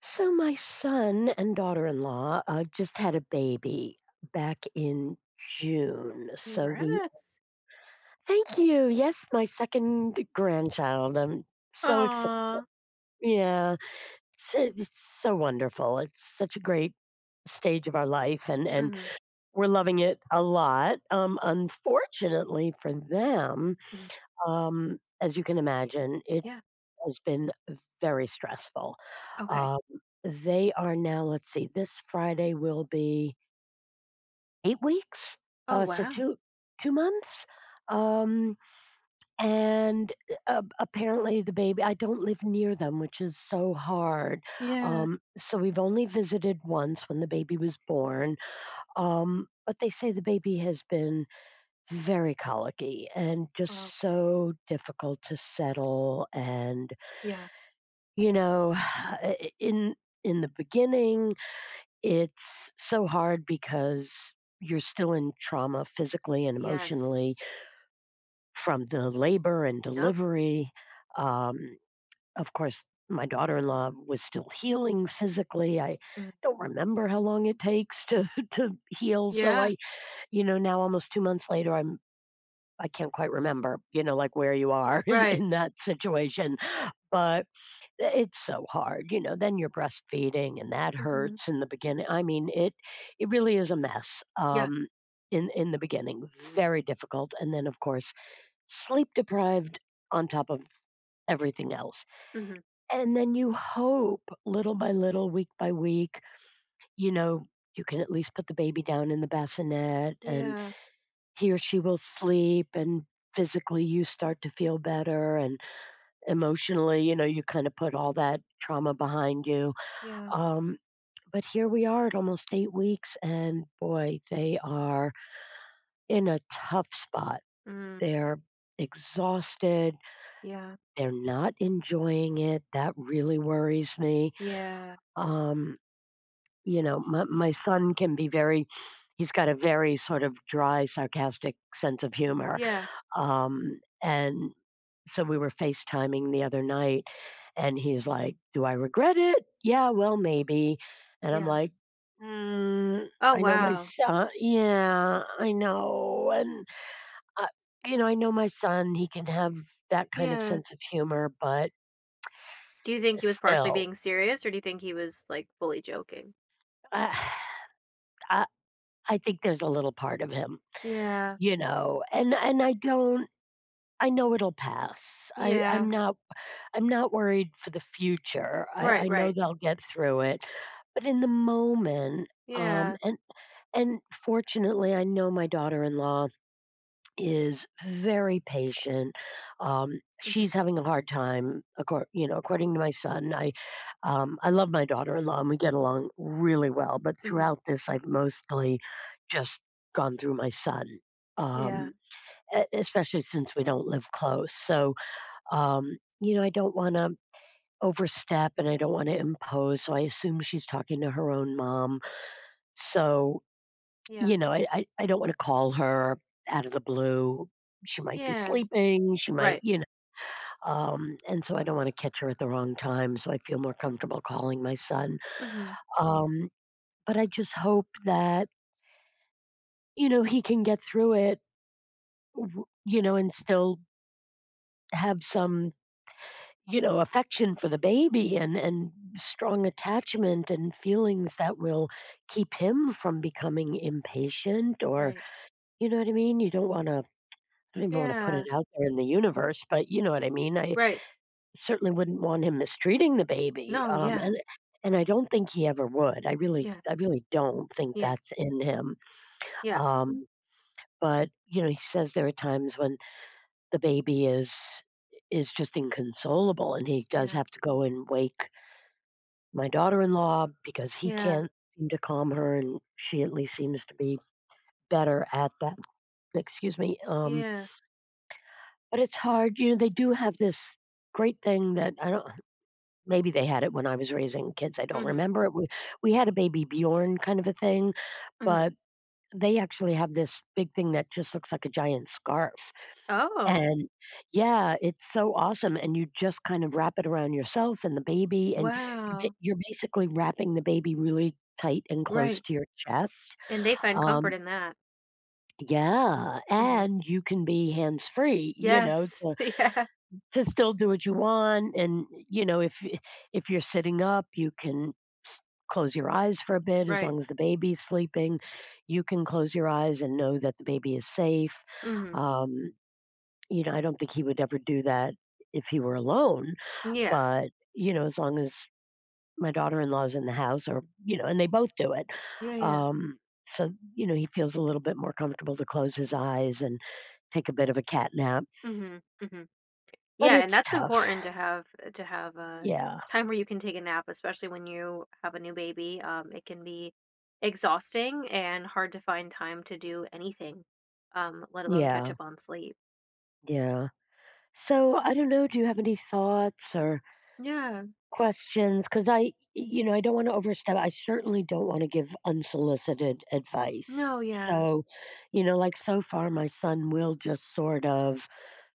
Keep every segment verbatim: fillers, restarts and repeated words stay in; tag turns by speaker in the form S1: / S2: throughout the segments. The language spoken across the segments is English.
S1: So my son and daughter-in-law, uh, just had a baby back in June, so we—
S2: Congrats.
S1: Thank you. Yes, my second grandchild. I'm so excited.
S2: Aw.
S1: Yeah. It's uh, it's so wonderful. It's such a great stage of our life, and and
S2: Mhm,
S1: we're loving it a lot. Um, unfortunately for them,
S2: mhm.
S1: um, as you can imagine, it
S2: Yeah,
S1: has been very stressful.
S2: okay.
S1: Um, they are now, let's see, this Friday will be eight weeks,
S2: Oh,
S1: uh, so
S2: wow.
S1: two two months. Um, and uh, uh, apparently, the baby— I don't live near them, which is so hard.
S2: Yeah.
S1: Um, so we've only visited once when the baby was born. Um, but they say the baby has been very colicky and just
S2: Okay.
S1: so difficult to settle, and,
S2: Yeah.
S1: You know, in in the beginning, it's so hard because you're still in trauma physically and emotionally
S2: Yes.
S1: from the labor and
S2: Yep.
S1: delivery. Um, of course, my daughter-in-law was still healing physically. I
S2: Mm.
S1: don't remember how long it takes to to heal, so
S2: Yeah,
S1: I, you know, now almost two months later, I'm I can't quite remember, you know, like where you are in
S2: right.
S1: in that situation, but eh, it's so hard, you know, then you're breastfeeding and that
S2: Mhm.
S1: hurts in the beginning. I mean, it it really is a mess,
S2: Yeah.
S1: um, in in the beginning, very difficult, and then, of course, sleep deprived on top of everything else,
S2: Mhm.
S1: and then you hope little by little, week by week, you know, you can at least put the baby down in the bassinet and
S2: Yeah,
S1: he or she will sleep, and physically you start to feel better, and emotionally, you know, you kinda put all that trauma behind you.
S2: yeah.
S1: um But here we are at almost eight weeks, and boy, they are in a tough spot.
S2: Mm,
S1: They're exhausted.
S2: yeah,
S1: They're not enjoying it. That really worries me.
S2: yeah,
S1: Um, you know, my, my son can be very— he's got a very sort of dry, sarcastic sense of humor.
S2: yeah,
S1: Um, and so we were FaceTiming the other night. And he's like, "Do I regret it? Yeah, well, maybe." And I'm
S2: yeah.
S1: like, "Mm,
S2: Oh,
S1: I know my
S2: wow.
S1: son." Yeah, I know, and, uh, you know, I know my son, he can have that kind of
S2: Yeah.
S1: sense of humor, but
S2: Do you think he was partially
S1: still,
S2: being serious, or do you think he was, like, fully joking?
S1: I I I think there's a little part of him,
S2: Yeah,
S1: you know, and and I don't— I know it'll pass. I
S2: yeah.
S1: I'm not I'm not worried for the future. I
S2: Right,
S1: I know
S2: right.
S1: they'll get through it, but in the moment, um,
S2: Yeah.
S1: and And fortunately, I know my daughter-in-law is very patient. Um,
S2: Mhm,
S1: she's having a hard time, accor you know, according to my son. I, um, I love my daughter-in-law, and we get along really well, but
S2: mhm.
S1: throughout this, I've mostly just gone through my son,
S2: Yeah,
S1: um, e especially since we don't live close. So, um, you know, I don't wanna overstep, and I don't wanna impose, so I assume she's talking to her own mom. So
S2: yeah,
S1: you know, I I I don't wanna call her out of the blue. She might be
S2: yeah.
S1: sleeping, she might—
S2: Right.
S1: you know, um, and so I don't wanna catch her at the wrong time, so I feel more comfortable calling my son.
S2: Mhm.
S1: Um, but I just hope that, you know, he can get through it, w you know, and still have some, you know, affection for the baby and and strong attachment and feelings that will keep him from becoming impatient, or—
S2: Right.
S1: you know what I mean? You don't wanna— I don't even wanna put
S2: Yeah.
S1: it out there in the universe, but you know what I mean? I
S2: Right.
S1: certainly wouldn't want him mistreating the baby,
S2: No,
S1: um,
S2: yeah.
S1: and and I don't think he ever would. I really
S2: Yeah.
S1: I really don't think
S2: Yeah.
S1: that's in him,
S2: Yeah.
S1: um, but, you know, he says there are times when the baby is is just inconsolable, and he does
S2: Yeah.
S1: have to go and wake my daughter-in-law because he
S2: Yeah.
S1: can't seem to calm her, and she at least seems to be better at that. Excuse me. um,
S2: Yeah.
S1: but it's hard, you know, they do have this great thing that I don't— maybe they had it when I was raising kids, I don't
S2: Mhm.
S1: remember it. We we had a Baby Bjorn kind of a thing,
S2: Mhm.
S1: but they actually have this big thing that just looks like a giant scarf.
S2: Oh,
S1: And— yeah, it's so awesome, and you just kind of wrap it around yourself and the baby, and you're ba
S2: wow.
S1: you're basically wrapping the baby really tight and close
S2: Right.
S1: to your chest.
S2: And they find comfort
S1: Um
S2: in that.
S1: Yeah,
S2: Mhm.
S1: and you can be hands-free, you know,
S2: Yes.
S1: so
S2: Yeah.
S1: to still do what you want. And you know if if you're sitting up you can s- close your eyes for a bit, as
S2: Right.
S1: long as the baby's sleeping. You can close your eyes and know that the baby is safe.
S2: Mhm.
S1: Um, you know i don't think he would ever do that if he were alone,
S2: Yeah.
S1: but you know as long as my daughter-in-law's in the house, or you know and they both do it.
S2: Yeah, yeah.
S1: Um, so you know he feels a little bit more comfortable to close his eyes and take a bit of a cat nap,
S2: Mhm. Mhm.
S1: but
S2: Yeah, and
S1: it's
S2: that's
S1: tough.
S2: important to have to have a
S1: Yeah,
S2: time where you can take a nap, especially when you have a new baby. Um, it can be exhausting and hard to find time to do anything, um, let alone catch
S1: yeah,
S2: up on sleep.
S1: yeah. So I don't know. Do you have any thoughts or
S2: Yeah.
S1: questions? Because I, you know, I don't want to overstep. I certainly don't want to give unsolicited advice.
S2: No, yeah.
S1: So, you know, like so far, my son will just sort of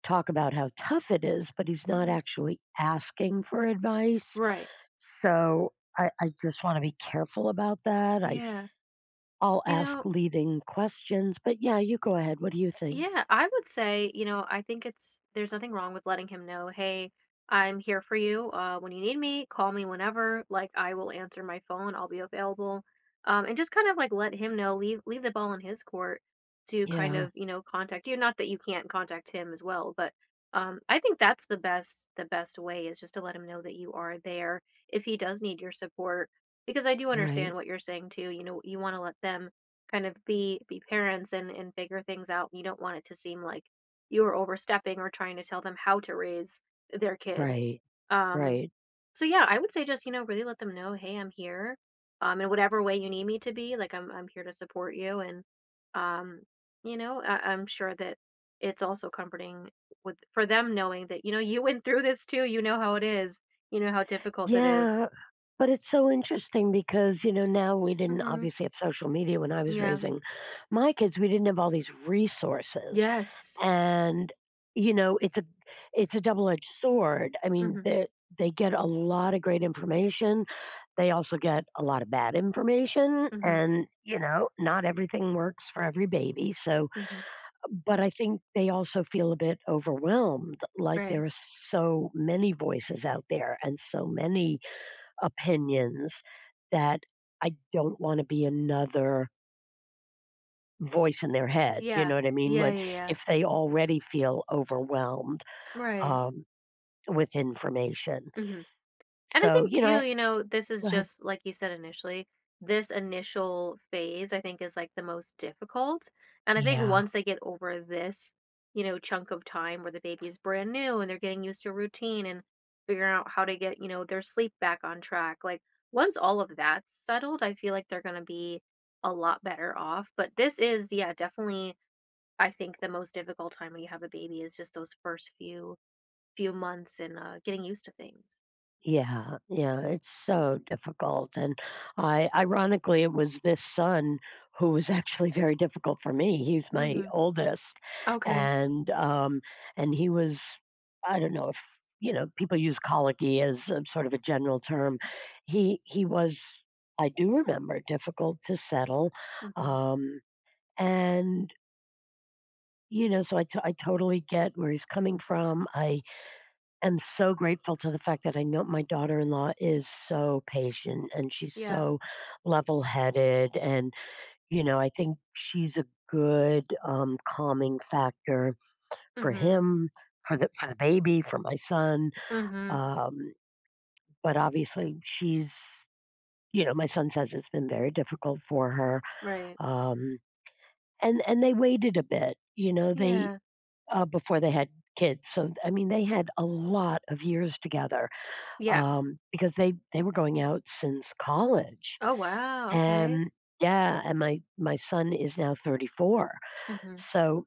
S1: talk about how tough it is, but he's not
S2: Mhm.
S1: actually asking for advice.
S2: Right.
S1: So I, I just want to be careful about that. I,
S2: Yeah.
S1: I'll
S2: You know,
S1: ask leading questions, but yeah, you go ahead. What do you think?
S2: Yeah, I would say, you know, I think it's there's nothing wrong with letting him know, "Hey, I'm here for you. Uh, when you need me, call me whenever. Like, I will answer my phone. I'll be available." Um, and just kind of like let him know, leave leave the ball in his court to kind
S1: Yeah.
S2: of, you know, contact you. Not that you can't contact him as well, but um, I think that's the best the best way is just to let him know that you are there if he does need your support. Because I do understand
S1: Right.
S2: what you're saying too. You know, you want to let them kind of be be parents and and figure things out. You don't want it to seem like you are overstepping or trying to tell them how to raise their kid.
S1: Right.
S2: Um,
S1: Right.
S2: so yeah, I would say just you know really let them know, hey, I'm here, um, in whatever way you need me to be. Like I'm I'm here to support you, and um, you know I, I'm sure that it's also comforting with for them knowing that you know you went through this too. You know how it is. You know how difficult it is.
S1: Yeah, but it's so interesting because, you know, now we didn't
S2: Mm-hmm.
S1: obviously have social media when I was
S2: Yeah.
S1: raising my kids. We didn't have all these resources.
S2: Yes.
S1: And, you know, it's a it's a double-edged sword. I mean,
S2: Mm-hmm.
S1: they they get a lot of great information. They also get a lot of bad information
S2: Mm-hmm.
S1: and, you know, not everything works for every baby. So,
S2: Mm-hmm.
S1: but I think they also feel a bit overwhelmed, like
S2: Right.
S1: there are so many voices out there and so many opinions, that I don't want to be another voice in their head. You
S2: Yeah.
S1: know what I mean?
S2: Yeah,
S1: When—
S2: yeah, yeah.
S1: if they already feel overwhelmed
S2: Right.
S1: um, with information.
S2: Mhm. And I
S1: So,
S2: think
S1: you know,
S2: too,
S1: I—
S2: you know, this is
S1: go ahead.
S2: just like you said initially, this initial phase I think is like the most difficult. And I think
S1: Yeah.
S2: once they get over this, you know, chunk of time where the baby is brand new and they're getting used to routine and figuring out how to get, you know, their sleep back on track. Like once all of that's settled, I feel like they're going to be a lot better off. But this is, yeah, definitely I think the most difficult time when you have a baby is just those first few few months and uh, getting used to things.
S1: Yeah, yeah, it's so difficult, and I ironically, it was this son who was actually very difficult for me. He's my
S2: Mm-hmm.
S1: oldest,
S2: Okay.
S1: and, um, and he was— I don't know if, you know, people use colicky as a sort of a general term. He he was, I do remember, difficult to settle,
S2: Mm-hmm.
S1: um, and, you know, so I to I totally get where he's coming from. I am so grateful to the fact that I know my daughter-in-law is so patient and she's
S2: Yeah.
S1: so level-headed, and, you know, I think she's a good, um, calming factor for
S2: Mm-hmm.
S1: him, for the for the baby, for my son,
S2: Mm-hmm.
S1: um, but obviously she's— you know, my son says it's been very difficult for her,
S2: Right.
S1: um, and and they waited a bit, you know, they
S2: Yeah.
S1: uh, before they had kids. So, I mean, they had a lot of years together,
S2: Yeah.
S1: um, because they they were going out since college.
S2: Oh, wow. Okay.
S1: And, yeah, and my my son is now thirty-four.
S2: Mm-hmm.
S1: So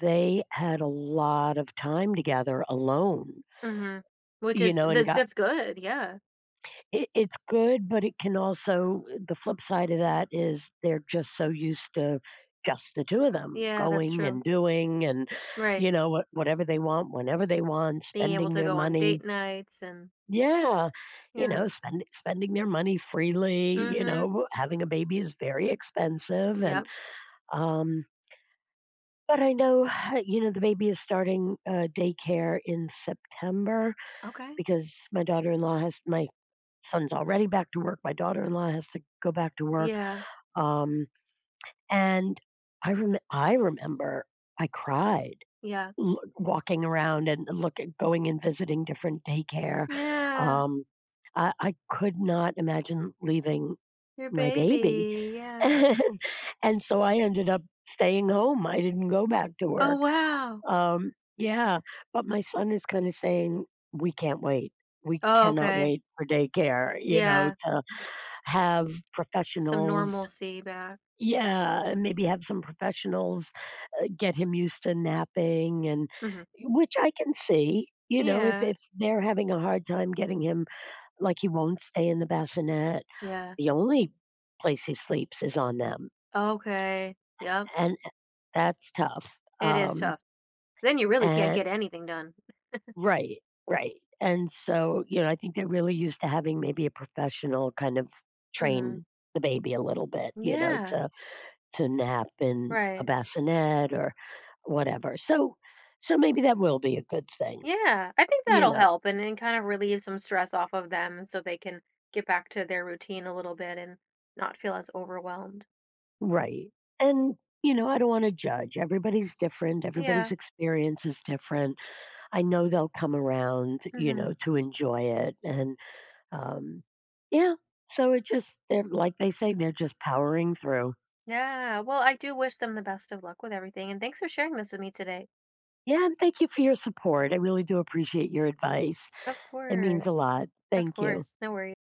S1: they had a lot of time together alone,
S2: Mm-hmm. Which
S1: you
S2: is
S1: know, and
S2: that's
S1: got—
S2: that's good. Yeah.
S1: it, it's good, but it can also— the flip side of that is they're just so used to just the two of them
S2: Yeah, that's
S1: going
S2: true.
S1: and doing and
S2: Right.
S1: you know what whatever they want whenever they want,
S2: Being able
S1: spending
S2: to
S1: their
S2: go on
S1: money.
S2: date nights and
S1: Yeah, you
S2: yeah.
S1: know, spend, spending their money freely. You
S2: Mm-hmm.
S1: know, having a baby is very expensive, and
S2: Yep.
S1: um, but I know you know the baby is starting uh, daycare in September,
S2: Okay.
S1: because my daughter-in-law has— my son's already back to work. My daughter-in-law has to go back to work,
S2: Yeah.
S1: um, and I rem- I remember I cried,
S2: Yeah.
S1: l walking around and look at— going and visiting different daycare.
S2: Yeah.
S1: Um, I I could not imagine leaving
S2: Your
S1: my baby,
S2: baby. Yeah.
S1: and and so I ended up staying home. I didn't go back to
S2: Oh,
S1: work.
S2: wow.
S1: Um, yeah, but my son is kinda saying, "We can't wait. We
S2: Oh,
S1: cannot
S2: okay.
S1: wait for daycare," you know,
S2: Yeah.
S1: to have
S2: Some
S1: professionals—
S2: normalcy back.
S1: yeah, and maybe have some professionals, uh, get him used to napping, and
S2: Mm-hmm.
S1: which I can see, you know, if
S2: Yeah.
S1: if they're having a hard time getting him, like, he won't stay in the bassinet,
S2: Yeah.
S1: the only place he sleeps is on them,
S2: Okay. Yep.
S1: and that's tough,
S2: It is
S1: um,
S2: tough. Then you really can't
S1: and
S2: get anything done.
S1: Right, right, and so, you know, I think they're really used to having maybe a professional kind of
S2: Hmm.
S1: train the baby a little bit, you know,
S2: Yeah.
S1: to to nap in a
S2: Right.
S1: bassinet or whatever. So so maybe that will be a good thing,
S2: Yeah. I think
S1: you
S2: that'll
S1: know.
S2: help and, and kind of relieve some stress off of them so they can get back to their routine a little bit and not feel as overwhelmed.
S1: Right. And you know, I don't want to judge. Everybody's different.
S2: Yeah.
S1: Everybody's experience is different. I know they'll come around, you
S2: Hmm.
S1: know, to enjoy it. And um, yeah, so it just— they're like they say, they're just powering through.
S2: Yeah. Well, I do wish them the best of luck with everything. And thanks for sharing this with me today.
S1: Yeah, and thank you for your support. I really do appreciate your advice.
S2: Of
S1: It means a
S2: course.
S1: lot.
S2: Of
S1: Thank you.
S2: course. No worries.